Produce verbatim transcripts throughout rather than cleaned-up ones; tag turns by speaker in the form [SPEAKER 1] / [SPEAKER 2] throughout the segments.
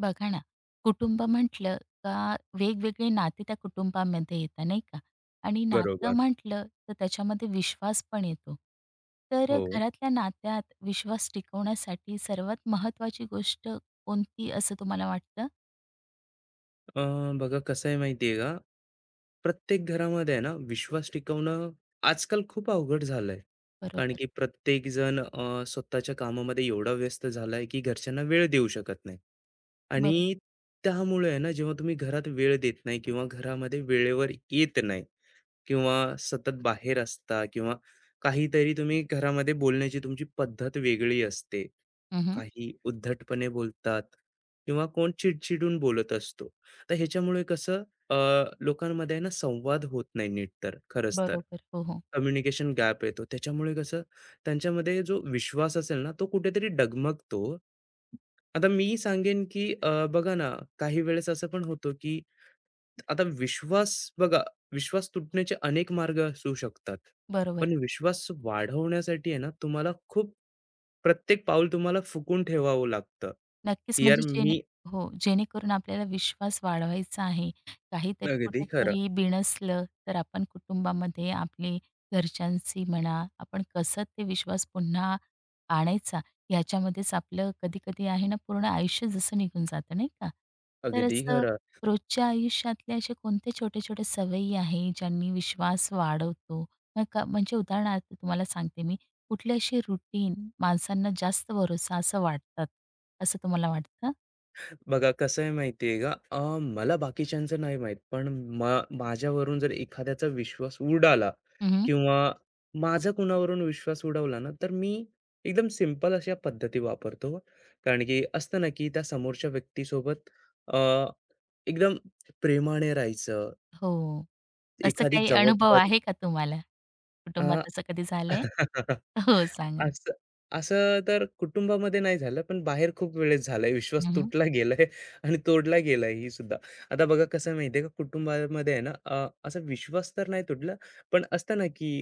[SPEAKER 1] बघा ना, कुटुंब म्हटलं का वेगवेगळे नाते त्या कुटुंबामध्ये येतात, नाही का? आणि नातं
[SPEAKER 2] बरोबर.
[SPEAKER 1] म्हटलं तर त्याच्यामध्ये विश्वास पण येतो. तर
[SPEAKER 2] हो.
[SPEAKER 1] घरातल्या नात्यात विश्वास टिकवण्यासाठी सर्वात महत्वाची गोष्ट कोणती असं तुम्हाला वाटतं?
[SPEAKER 2] अ, बघा कसं आहे माहिती आहे का? प्रत्येक घरामध्ये आहे ना विश्वास टिकवणं आजकाल खूप अवघड झालंय. कारण
[SPEAKER 1] बरोबर,
[SPEAKER 2] की प्रत्येक जण अ, स्वतःच्या कामामध्ये एवढा व्यस्त झालाय की घरच्यांना वेळ देऊ शकत नाही.
[SPEAKER 1] बरोबर.
[SPEAKER 2] आणि त्यामुळे आहे ना जेव्हा तुम्ही घरात वेळ देत नाही किंवा घरामध्ये वेळेवर येत नाही, किंवा सतत बाहेर असता किंवा काहीतरी तुम्ही घरामध्ये बोलण्याची तुमची पद्धत वेगळी असते.
[SPEAKER 1] हं,
[SPEAKER 2] काही उद्धटपणे बोलतात किंवा कोण चिडचिडून बोलत असतो. तर ह्याच्यामुळे कसं अ, लोकांमध्ये आहे ना संवाद होत नाही नीट तर खरंच तर.
[SPEAKER 1] बरोबर. हो, हो.
[SPEAKER 2] कम्युनिकेशन गॅप येतो. त्याच्यामुळे कसं त्यांच्यामध्ये जो विश्वास असेल ना तो कुठेतरी डगमगतो. आता मी सांगेन की अ, बघा ना काही वेळेस असं पण होतो की आता विश्वास बघा विश्वास तुटण्याचे अनेक मार्ग असू शकतात.
[SPEAKER 1] बरोबर.
[SPEAKER 2] पण विश्वास वाढवण्यासाठी आहे ना, तुम्हाला खूप प्रत्येक पाऊल तुम्हाला फुकून ठेवावं लागतं,
[SPEAKER 1] नक्कीच,
[SPEAKER 2] की यार
[SPEAKER 1] म्हणजे जेणे
[SPEAKER 2] मी
[SPEAKER 1] हो, जेणेकरून आपल्याला विश्वास वाढवायचा आहे. काहीतरी
[SPEAKER 2] अगदी खरं,
[SPEAKER 1] कुठेतरी बिनसलं, तर आपण कुटुंबामध्ये आपले घरच्यांशी म्हणा, आपण कसं ते विश्वास पुन्हा आणायचा, ह्याच्यामध्येच आपलं कधी-कधी आहे ना, पूर्ण आयुष्य जसं निघून जातं, नाही का? तर
[SPEAKER 2] अगदी
[SPEAKER 1] असं
[SPEAKER 2] खरं.
[SPEAKER 1] रोजच्या आयुष्यातल्या अशा कोणत्या छोट्या-छोट्या सवयी आहे, ज्यांनी विश्वास वाढवतो? मग का म्हणजे उदाहरणार्थ तुम्हाला सांगते मी. कुठले असे रुटीन माणसांना जास्त भरोसा असं वाटतात, असं तुम्हाला वाटतं?
[SPEAKER 2] बघा कसं आहे माहिती का अ, मला बाकीच्यांचं नाही माहीत, पण मा माझ्यावरून जर एखाद्याचा विश्वास उडाला
[SPEAKER 1] हं,
[SPEAKER 2] किंवा माझा कुणावरून विश्वास उडवला ना, तर मी एकदम सिंपल अशा पद्धती वापरतो. कारण की असतं ना, की त्या समोरच्या व्यक्तीसोबत अ, एकदम प्रेमाने राहायचं,
[SPEAKER 1] हो. असं
[SPEAKER 2] एखादी
[SPEAKER 1] काही अनुभव
[SPEAKER 2] जबाबदारी
[SPEAKER 1] आहे का तुम्हाला? कुटुंबात असं कधी झालंय? हो, सांगा ना.
[SPEAKER 2] असं असं तर कुटुंबामध्ये नाही झालं, पण बाहेर खूप वेळेस झालंय. विश्वास
[SPEAKER 1] हं,
[SPEAKER 2] तुटला गेलाय आणि तोडला गेलाय ही सुद्धा. आता बघा कसं आहे माहिती आहे का, कुटुंबामध्ये आहे ना अ, असा विश्वास तर नाही तुटला, पण असतं ना की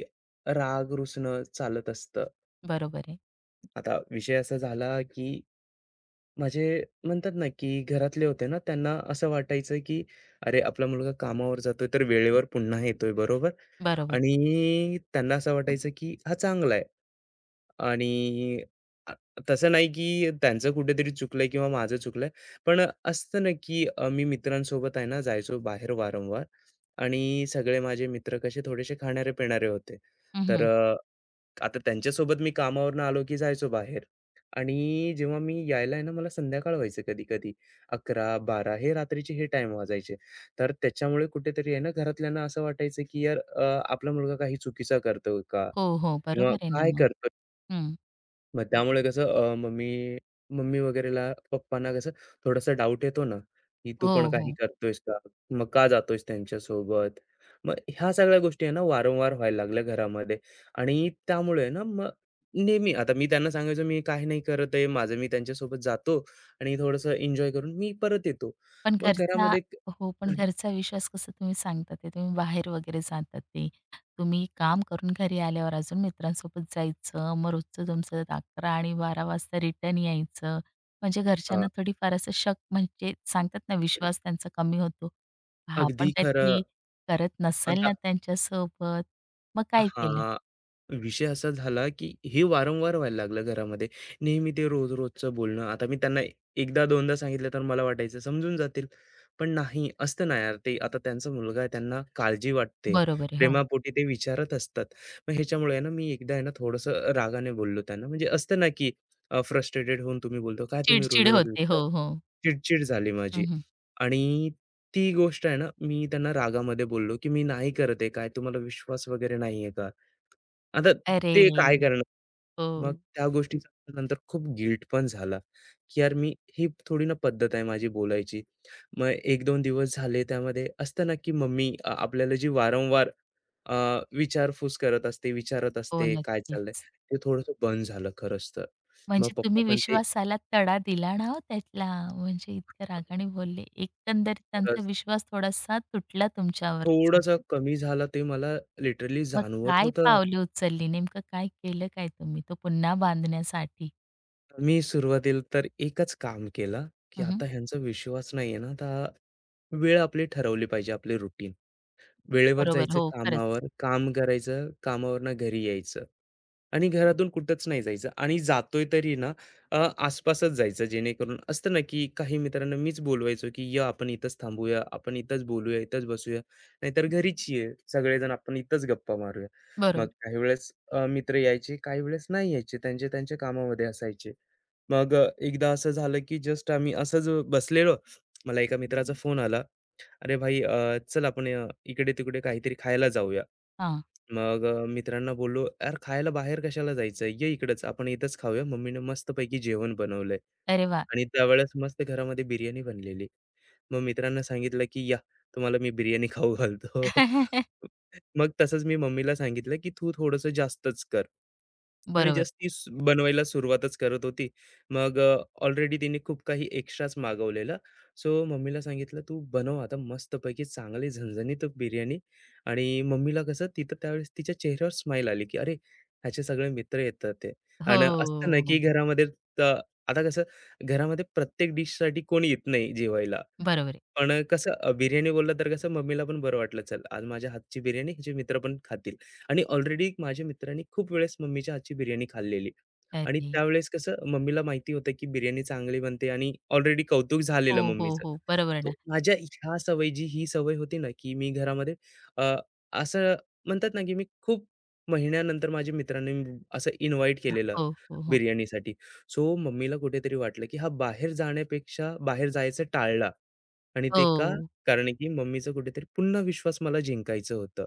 [SPEAKER 2] राग रुसणं चालत असतं.
[SPEAKER 1] बरोबर आहे.
[SPEAKER 2] आता विषय असा झाला की माझे म्हणतात ना, की घरातले होते ना, त्यांना असं वाटायचं, की "अरे, आपला मुलगा कामावर जातोय, तर वेळेवर पुन्हा येतोय." बरोबर?
[SPEAKER 1] बरोबर.
[SPEAKER 2] आणि त्यांना असं वाटायचं, की हा चांगला आहे. आणि अ, तसं नाही, की त्यांचं कुठेतरी चुकलंय किंवा माझं चुकलंय. पण असतं ना, की अ, मी मित्रांसोबत आहे ना, जायचो बाहेर वारंवार आणि सगळे माझे मित्र कसे थोडेसे खाणारे-पिणारे होते. तर
[SPEAKER 1] हं,
[SPEAKER 2] अ, आता त्यांच्यासोबत मी कामावरून आलो, की जायचो बाहेर. आणि जेव्हा मी यायला आहे ना, मला संध्याकाळ व्हायचं कधी-कधी. अकरा बारा हे रात्रीचे हे टाईम वाजायचे. तर त्याच्यामुळे कुठेतरी आहे ना, घरातल्यांना असं वाटायचं, की यार अ, आपला मुलगा काही चुकीचा करतोय का?
[SPEAKER 1] हो, हो.
[SPEAKER 2] किंवा
[SPEAKER 1] बरोबर आहे ना
[SPEAKER 2] काय
[SPEAKER 1] मग.
[SPEAKER 2] करतोय?
[SPEAKER 1] हं.
[SPEAKER 2] मग त्यामुळे कसं अ, मम्मी मम्मी वगैरेला पप्पांना कसं थोडासा डाऊट येतो ना, की तू पण
[SPEAKER 1] हो,
[SPEAKER 2] काही
[SPEAKER 1] हो.
[SPEAKER 2] करतोयस का? मग का जातोयस त्यांच्यासोबत? मग ह्या सगळ्या गोष्टी आहे ना वारंवार व्हायला लागल्या घरामध्ये आणि त्यामुळे ना मग नेहमी आता मी त्यांना सांगायचो मी काही नाही करत आहे माझं, मी त्यांच्यासोबत जातो आणि थोडंसं एन्जॉय करून मी परत येतो.
[SPEAKER 1] पण
[SPEAKER 2] मग
[SPEAKER 1] घरचा
[SPEAKER 2] घरामध्ये एक
[SPEAKER 1] हो, पण घरचा विश्वास कसं तुम्ही सांगता ते तुम्ही बाहेर वगैरे जातात ते. तुम्ही काम करून घरी आल्यावर अजून मित्रांसोबत जायचं. मग रोजचं तुमचं अकरा आणि बारा वाजता रिटर्न यायचं. म्हणजे
[SPEAKER 2] हां,
[SPEAKER 1] घरच्यांना थोडीफार असं शक म्हणजे सांगतात ना विश्वास त्यांचा कमी होतो. हा
[SPEAKER 2] अगदी
[SPEAKER 1] पण
[SPEAKER 2] खरं
[SPEAKER 1] काहीतरी करत नसेल
[SPEAKER 2] आता
[SPEAKER 1] ना त्यांच्यासोबत. मग काय केलं?
[SPEAKER 2] हां. विषय असा झाला, की हे वारंवार व्हायला लागलं घरामध्ये. नेहमी ते रोज-रोजचं बोलणं. आता मी त्यांना एकदा दोनदा सांगितलं तर मला वाटायचं समजून जातील. पण नाही, असतं ना यार ते आता त्यांचा मुलगा आहे, त्यांना काळजी वाटते.
[SPEAKER 1] बरोबर आहे. हो.
[SPEAKER 2] प्रेमापोटी ते विचारत असतात. मग ह्याच्यामुळे आहे ना मी एकदा आहे ना थोडंसं रागाने बोललो त्यांना. म्हणजे असतं ना, की फ्रस्ट्रेटेड होऊन तुम्ही बोलतो, "काय तुम्ही
[SPEAKER 1] चिड
[SPEAKER 2] रोज-रोज
[SPEAKER 1] होते. हो,
[SPEAKER 2] विचार."
[SPEAKER 1] हो.
[SPEAKER 2] चिडचिड झाली माझी.
[SPEAKER 1] हं, हं.
[SPEAKER 2] आणि ती गोष्ट आहे ना, मी त्यांना रागामध्ये बोललो, की "मी नाही करत आहे. काय तुम्हाला विश्वास वगैरे नाहीये का?" आता
[SPEAKER 1] अरे!
[SPEAKER 2] ते काय करणार?
[SPEAKER 1] हो.
[SPEAKER 2] मग त्या गोष्टीचा नंतर खूप गिल्ट पण झाला, की यार मी ही थोडी ना पद्धत आहे माझी बोलायची. मग एक दोन दिवस झाले त्यामध्ये असतं ना, की मम्मी अ, आपल्याला जी वारंवार अ, विचारपूस करत असते, विचारत
[SPEAKER 1] हो,
[SPEAKER 2] असते, काय चाललंय?
[SPEAKER 1] नक्कीच.
[SPEAKER 2] ते थोडंसं बंद झालं खरंच तर. मग
[SPEAKER 1] म्हणजे
[SPEAKER 2] पप्पा
[SPEAKER 1] तुम्ही
[SPEAKER 2] पण ते
[SPEAKER 1] विश्वासाला तडा दिला ना हो त्यातला. म्हणजे इतक्या रागाने बोलले. एकंदरीत त्यांचा
[SPEAKER 2] खरंच
[SPEAKER 1] विश्वास थोडासा तुटला तुमच्यावरचा.
[SPEAKER 2] थोडंसं कमी झालं ते मला लिटरली
[SPEAKER 1] मग
[SPEAKER 2] जाणवत
[SPEAKER 1] काय
[SPEAKER 2] होतं.
[SPEAKER 1] पावले उचलली? नेमकं काय केलं काय तुम्ही तो पुन्हा बांधण्यासाठी?
[SPEAKER 2] मी सुरुवातीला तर एकच काम केलं, की
[SPEAKER 1] हं, हं.
[SPEAKER 2] आता ह्यांचा विश्वास नाहीये ना, तर वेळ आपली ठरवली पाहिजे, आपली रुटीन. वेळेवर
[SPEAKER 1] बरोबर.
[SPEAKER 2] जायचं
[SPEAKER 1] हो, खरंच.
[SPEAKER 2] कामावर, काम करायचं, कामावरनं घरी यायचं आणि घरातून कुठंच नाही जायचं आणि जातोय तरी ना अ, आसपासच जायचं जेणेकरून असतं ना, की काही मित्रांना मीच बोलवायचो, की "ये आपण इथंच थांबूया, आपण इथंच बोलूया, इथंच बसूया, नाहीतर घरीच ये. सगळेजण आपण इथंच गप्पा मारूया." मग
[SPEAKER 1] बरोबर.
[SPEAKER 2] काही वेळेस अ, मित्र यायचे, काही वेळेस नाही यायचे. त्यांचे त्यांच्या कामामध्ये असायचे. मग अ, एकदा असं झालं, की जस्ट आम्ही असंच बसलेलो. मला एका मित्राचा फोन आला. "अरे भाई, अ, चल आपण अ, इकडे-तिकडे काहीतरी खायला जाऊया."
[SPEAKER 1] हां.
[SPEAKER 2] मग अ, मित्रांना बोललो, "यार खायला बाहेर कशाला जायचं? ये इकडंच, आपण इथंच खाऊया. मम्मीने मस्तपैकी जेवण बनवलंय."
[SPEAKER 1] अरे वाह!
[SPEAKER 2] आणि त्यावेळेस मस्त घरामध्ये बिर्याणी बनलेली. मग मित्रांना सांगितलं, की "या, तुम्हाला मी बिर्याणी खाऊ घालतो." मग तसंच मी मम्मीला सांगितलं, की "तू थोडंसं जास्तच कर." आणि
[SPEAKER 1] बरोबर.
[SPEAKER 2] जस्ट ती सु बनवायला सुरुवातच करत होती. मग अ, ऑलरेडी तिने खूप काही एक्स्ट्राच मागवलेलं. सो मम्मीला सांगितलं, "तू बनव आता मस्तपैकी चांगली झणझणीत बिर्याणी." आणि मम्मीला कसं तिथं त्यावेळेस तिच्या चेहऱ्यावर स्माईल आली, की "अरे, ह्याचे सगळे मित्र येतात ते." आणि असतं ना, की
[SPEAKER 1] हो.
[SPEAKER 2] घरामध्ये त आता कसं घरामध्ये प्रत्येक डिशसाठी कोणी येत नाही जेवायला.
[SPEAKER 1] बरोबर आहे.
[SPEAKER 2] पण अ, कसं अ, बिर्याणी बोलला तर कसं मम्मीला पण बरं वाटलं, चल आज माझ्या हातची बिर्याणी हिचे मित्र पण खातील आणि ऑलरेडी माझ्या मित्रांनी खूप वेळेस मम्मीच्या हातची बिर्याणी खाल्लेली आणि
[SPEAKER 1] अरे.
[SPEAKER 2] त्यावेळेस कसं मम्मीला माहिती होतं, की बिर्याणी चांगली बनते आणि ऑलरेडी कौतुक झालेलं
[SPEAKER 1] हो, हो,
[SPEAKER 2] मम्मीचं.
[SPEAKER 1] हो. बरोबर
[SPEAKER 2] तर
[SPEAKER 1] ना.
[SPEAKER 2] माझ्या ह्या सवयी जी ही सवय होती ना, की मी घरामध्ये अ, असं म्हणतात ना, की मी खूप महिन्यानंतर माझ्या मित्रांनी म- असं इन्व्हाईट केलेलं
[SPEAKER 1] हो, हो, हो.
[SPEAKER 2] बिर्याणीसाठी. सो मम्मीला कुठेतरी वाटलं, की हा बाहेर जाण्यापेक्षा बाहेर जायचं टाळला. आणि ते का?
[SPEAKER 1] हो.
[SPEAKER 2] कारण की मम्मीचा कुठेतरी पुन्हा विश्वास मला जिंकायचं होतं.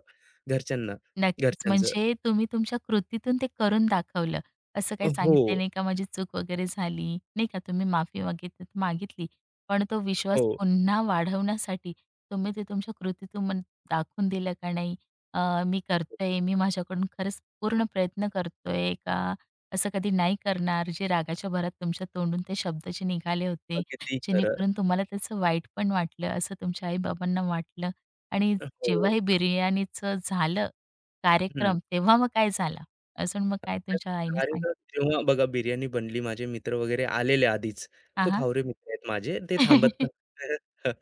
[SPEAKER 2] घरच्यांना
[SPEAKER 1] नक्कीच.
[SPEAKER 2] घरच्यांचं
[SPEAKER 1] म्हणजे तुम्ही तुमच्या कृतीतून ते करून दाखवलं. असं काही
[SPEAKER 2] हो,
[SPEAKER 1] सांगितलं नाही का माझी चूक वगैरे झाली, नाही का तुम्ही माफी मागित मागितली. पण तो विश्वास
[SPEAKER 2] हो.
[SPEAKER 1] पुन्हा वाढवण्यासाठी तुम्ही ते तुमच्या कृतीतून मग दाखवून दिलं का नाही? अ, मी करतोय, मी माझ्याकडून खरंच पूर्ण प्रयत्न करतोय का असं कधी नाही करणार, जे रागाच्या भरात तुमच्या तोंडून ते शब्द जे निघाले होते,
[SPEAKER 2] अगदी खरं.
[SPEAKER 1] जेणेकरून तुम्हाला त्याचं वाईट पण वाटलं, असं तुमच्या आई-बाबांना वाटलं आणि जेव्हा
[SPEAKER 2] हो.
[SPEAKER 1] हे बिर्याणीचं झालं
[SPEAKER 2] हं.
[SPEAKER 1] कार्यक्रम, तेव्हा मग काय झाला? अजून मग काय तुमच्या आईने सांगितलं?
[SPEAKER 2] कार्यक्रम जेव्हा बघा बिर्याणी बनली, माझे मित्र वगैरे आलेले आधीच.
[SPEAKER 1] हां,
[SPEAKER 2] खूप
[SPEAKER 1] हां.
[SPEAKER 2] हावरे मित्र आहेत माझे. ते थांबत पण नाही.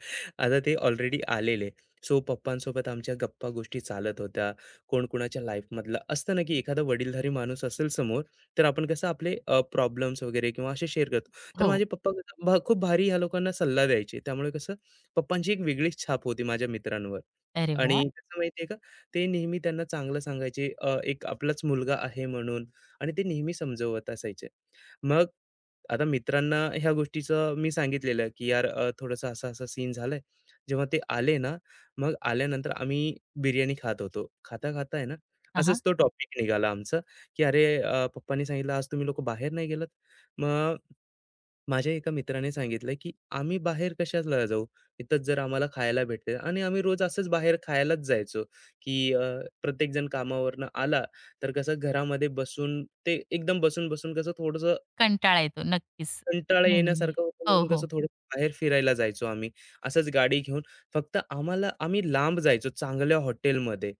[SPEAKER 2] आता ते ऑलरेडी आलेले. सो पप्पांसोबत आमच्या गप्पा-गोष्टी चालत होत्या. कोण कोणाच्या लाईफमधलं असतं ना, की एखादा वडीलधारी माणूस असेल समोर, तर आपण कसं आपले प्रॉब्लेम्स वगैरे किंवा असे शेअर करतो. तर
[SPEAKER 1] हो.
[SPEAKER 2] माझे पप्पा कसं भा खूप भारी ह्या लोकांना सल्ला द्यायचे. त्यामुळे कसं पप्पांची एक वेगळीच छाप होती माझ्या मित्रांवर.
[SPEAKER 1] अरे
[SPEAKER 2] आणि
[SPEAKER 1] वाह!
[SPEAKER 2] कसं माहिती का, ते नेहमी त्यांना चांगलं सांगायचे. अ, एक आपलाच मुलगा आहे म्हणून आणि ते नेहमी समजवत असायचे. मग आता मित्रांना ह्या गोष्टीचं मी सांगितलेलं की यार अ, थोडंसं असा असा सीन झालाय. जेव्हा ते आले ना, मग आल्यानंतर आम्ही बिर्याणी खात होतो. खाता खाता आहे ना,
[SPEAKER 1] हां, हां.
[SPEAKER 2] असंच तो टॉपिक निघाला आमचा, की "अरे अ, पप्पांनी सांगितलं आज तुम्ही लोकं बाहेर नाही गेलात?" मग माझ्या एका मित्राने सांगितलं की आम्ही बाहेर कशाला जाऊ इथंच जर आम्हाला खायला भेटते आणि आम्ही रोज असंच बाहेर खायलाच जायचो की अ, प्रत्येक जण कामावरनं आला तर कसं घरामध्ये बसून ते एकदम बसून बसून कसं थोडस
[SPEAKER 1] कंटाळा येतो नक्कीच.
[SPEAKER 2] कंटाळा
[SPEAKER 1] नेहमी, नेहमी.
[SPEAKER 2] येण्यासारखं होतं
[SPEAKER 1] हो,
[SPEAKER 2] म्हणून
[SPEAKER 1] हो.
[SPEAKER 2] कसं थोडं बाहेर फिरायला जायचो आम्ही. असंच गाडी घेऊन फक्त आम्हाला आम्ही लांब जायचो चांगल्या हॉटेलमध्ये.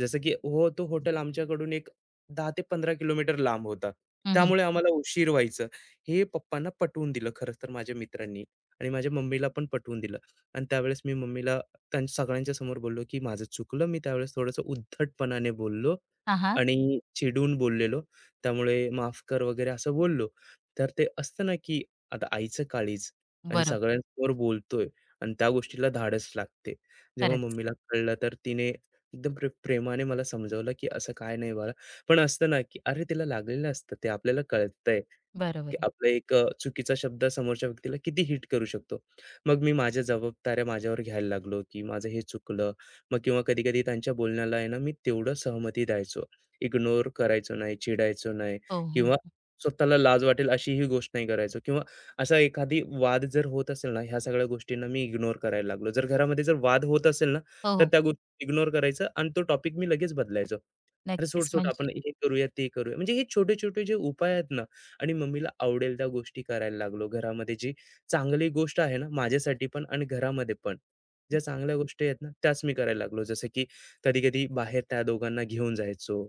[SPEAKER 2] जसं की हो, तो हॉटेल आमच्याकडून एक दहा ते पंधरा किलोमीटर लांब होता.
[SPEAKER 1] हं, हं.
[SPEAKER 2] त्यामुळे आम्हाला उशीर व्हायचं. हे पप्पांना पटवून दिलं खरंच तर माझ्या मित्रांनी आणि माझ्या मम्मीला पण पटवून दिलं. आणि त्यावेळेस मी मम्मीला त्यां सगळ्यांच्या समोर बोललो, की माझं चुकलं. मी त्यावेळेस थोडंसं उद्धटपणाने बोललो
[SPEAKER 1] हां, हां.
[SPEAKER 2] आणि चिडून बोललेलो. त्यामुळे माफ कर वगैरे असं बोललो. तर ते असतं ना, की आता आईचं काळीज आणि
[SPEAKER 1] बरोबर.
[SPEAKER 2] सगळ्यांसमोर बोलतोय आणि त्या गोष्टीला धाडस लागते. जेव्हा
[SPEAKER 1] खरंच.
[SPEAKER 2] मम्मीला कळलं तर तिने एकदम प्रे प्रेमाने मला समजावलं, की असं काही नाही बाळा. पण असतं ना, की अरे तिला लागलेलं असतं ते आपल्याला कळतंय.
[SPEAKER 1] बरोबर
[SPEAKER 2] की
[SPEAKER 1] आहे.
[SPEAKER 2] आपला एक अ, चुकीचा शब्द समोरच्या व्यक्तीला किती हिट करू शकतो. मग मी माझ्या जबाबदाऱ्या माझ्यावर घ्यायला लागलो, की माझं हे चुकलं. मग किंवा कधी-कधी त्यांच्या बोलण्याला आहे ना, मी तेवढं सहमती द्यायचो. इग्नोर करायचो नाही, चिडायचो नाही
[SPEAKER 1] हो,
[SPEAKER 2] किंवा
[SPEAKER 1] हो.
[SPEAKER 2] स्वतःला लाज वाटेल अशी ही गोष्ट नाही करायचो किंवा असा एखादी वाद जर होत असेल ना, ह्या सगळ्या गोष्टींना मी इग्नोर करायला लागलो. जर घरामध्ये जर वाद होत असेल ना,
[SPEAKER 1] हो,
[SPEAKER 2] तर
[SPEAKER 1] हो.
[SPEAKER 2] त्या गोष्टी इग्नोर करायचं आणि तो टॉपिक मी लगेच बदलायचो. "अरे सोड,
[SPEAKER 1] नक्कीच
[SPEAKER 2] सोड
[SPEAKER 1] म्हणजे
[SPEAKER 2] आपण हे करूया, ते करूया." म्हणजे हे छोटे-छोटे जे उपाय आहेत ना आणि मम्मीला आवडेल त्या गोष्टी करायला लागलो. घरामध्ये जी चांगली गोष्ट आहे ना, माझ्यासाठी पण आणि घरामध्ये पण. ज्या चांगल्या गोष्टी आहेत ना, त्याच मी करायला लागलो. जसं की कधी-कधी बाहेर त्या दोघांना घेऊन जायचो.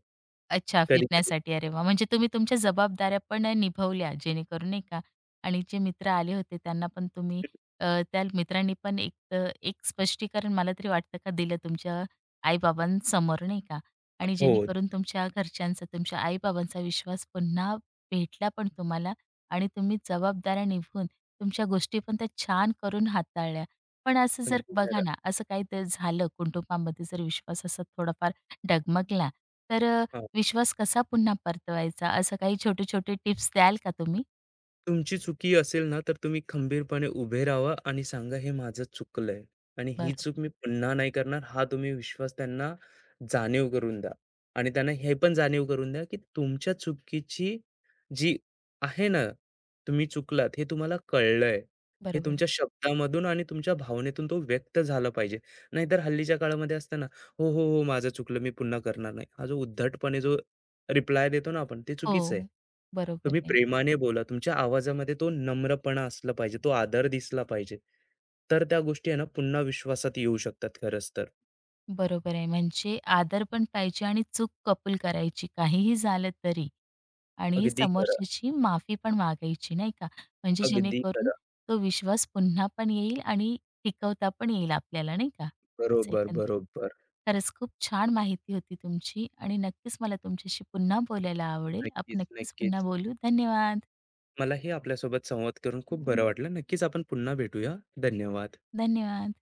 [SPEAKER 1] अच्छा,
[SPEAKER 2] कधी-कधी
[SPEAKER 1] फिरण्यासाठी. अरे वाह! म्हणजे तुम्ही तुमच्या जबाबदाऱ्या पण निभवल्या जेणेकरून नाही का आणि जे मित्र आले होते त्यांना पण तुम्ही अ, त्या मित्रांनी पण एक अ, एक स्पष्टीकरण मला तरी वाटतं का दिलं तुमच्या आई नाही का? आणि
[SPEAKER 2] हो,
[SPEAKER 1] जेणेकरून तुमच्या घरच्यांचा, तुमच्या आई विश्वास पुन्हा भेटला पण तुम्हाला आणि तुम्ही जबाबदाऱ्या निभवून तुमच्या गोष्टी पण त्या छान करून हाताळल्या. पण असं जर
[SPEAKER 2] अगदी
[SPEAKER 1] बघा
[SPEAKER 2] खरं.
[SPEAKER 1] ना, असं काही तर झालं कुटुंबामध्ये जर विश्वास असा थोडाफार डगमगला, तर
[SPEAKER 2] हो.
[SPEAKER 1] विश्वास कसा पुन्हा परतवायचा, असं काही छोटे-छोटे टिप्स द्याल का तुम्ही?
[SPEAKER 2] तुमची चुकी असेल ना, तर तुम्ही खंबीरपणे उभे राहावा आणि सांगा, "हे माझं चुकलंय आणि ही
[SPEAKER 1] बरोबर,
[SPEAKER 2] चूक मी पुन्हा नाही करणार." हा तुम्ही विश्वास त्यांना जाणीव करून द्या आणि त्यांना हे पण जाणीव करून द्या, की तुमच्या चुकीची जी आहे ना, तुम्ही चुकलात हे तुम्हाला कळलंय. हे
[SPEAKER 1] बरोबर आहे.
[SPEAKER 2] तुमच्या शब्दामधून आणि तुमच्या भावनेतून तो व्यक्त झाला पाहिजे. नाहीतर हल्लीच्या काळामध्ये असतं "हो, हो, हो, माझं चुकलं, मी पुन्हा करणार नाही." हा जो उद्धटपणे जो रिप्लाय देतो ना आपण, ते चुकीचं आहे.
[SPEAKER 1] हो, बरोबर
[SPEAKER 2] तुम्ही
[SPEAKER 1] आहे.
[SPEAKER 2] प्रेमाने बोला, तुमच्या आवाजामध्ये तो नम्रपणा असला पाहिजे, तो आदर दिसला पाहिजे. तर त्या गोष्टी आहे ना पुन्हा विश्वासात येऊ शकतात खरंच तर.
[SPEAKER 1] बरोबर आहे. म्हणजे आदर पण पाहिजे आणि चूक कबूल करायची काहीही झालं तरी आणि
[SPEAKER 2] अगदी खरं,
[SPEAKER 1] समोरच्याची माफी पण मागायची नाही का? म्हणजे
[SPEAKER 2] अगदी
[SPEAKER 1] जेणेकरून
[SPEAKER 2] खरं.
[SPEAKER 1] तो विश्वास पुन्हा पण येईल आणि टिकवता पण येईल आपल्याला नाही का? असं
[SPEAKER 2] बरोबर,
[SPEAKER 1] एकंदरीत.
[SPEAKER 2] बरोबर.
[SPEAKER 1] खरंच खूप छान माहिती होती तुमची आणि नक्कीच मला तुमच्याशी पुन्हा बोलायला आवडेल. आपण
[SPEAKER 2] नक्कीच,
[SPEAKER 1] नक्कीच पुन्हा
[SPEAKER 2] नक्कीच.
[SPEAKER 1] बोलू. धन्यवाद.
[SPEAKER 2] मलाही आपल्यासोबत संवाद करून खूप बरं वाटलं. नक्कीच आपण पुन्हा भेटूया. धन्यवाद.
[SPEAKER 1] धन्यवाद.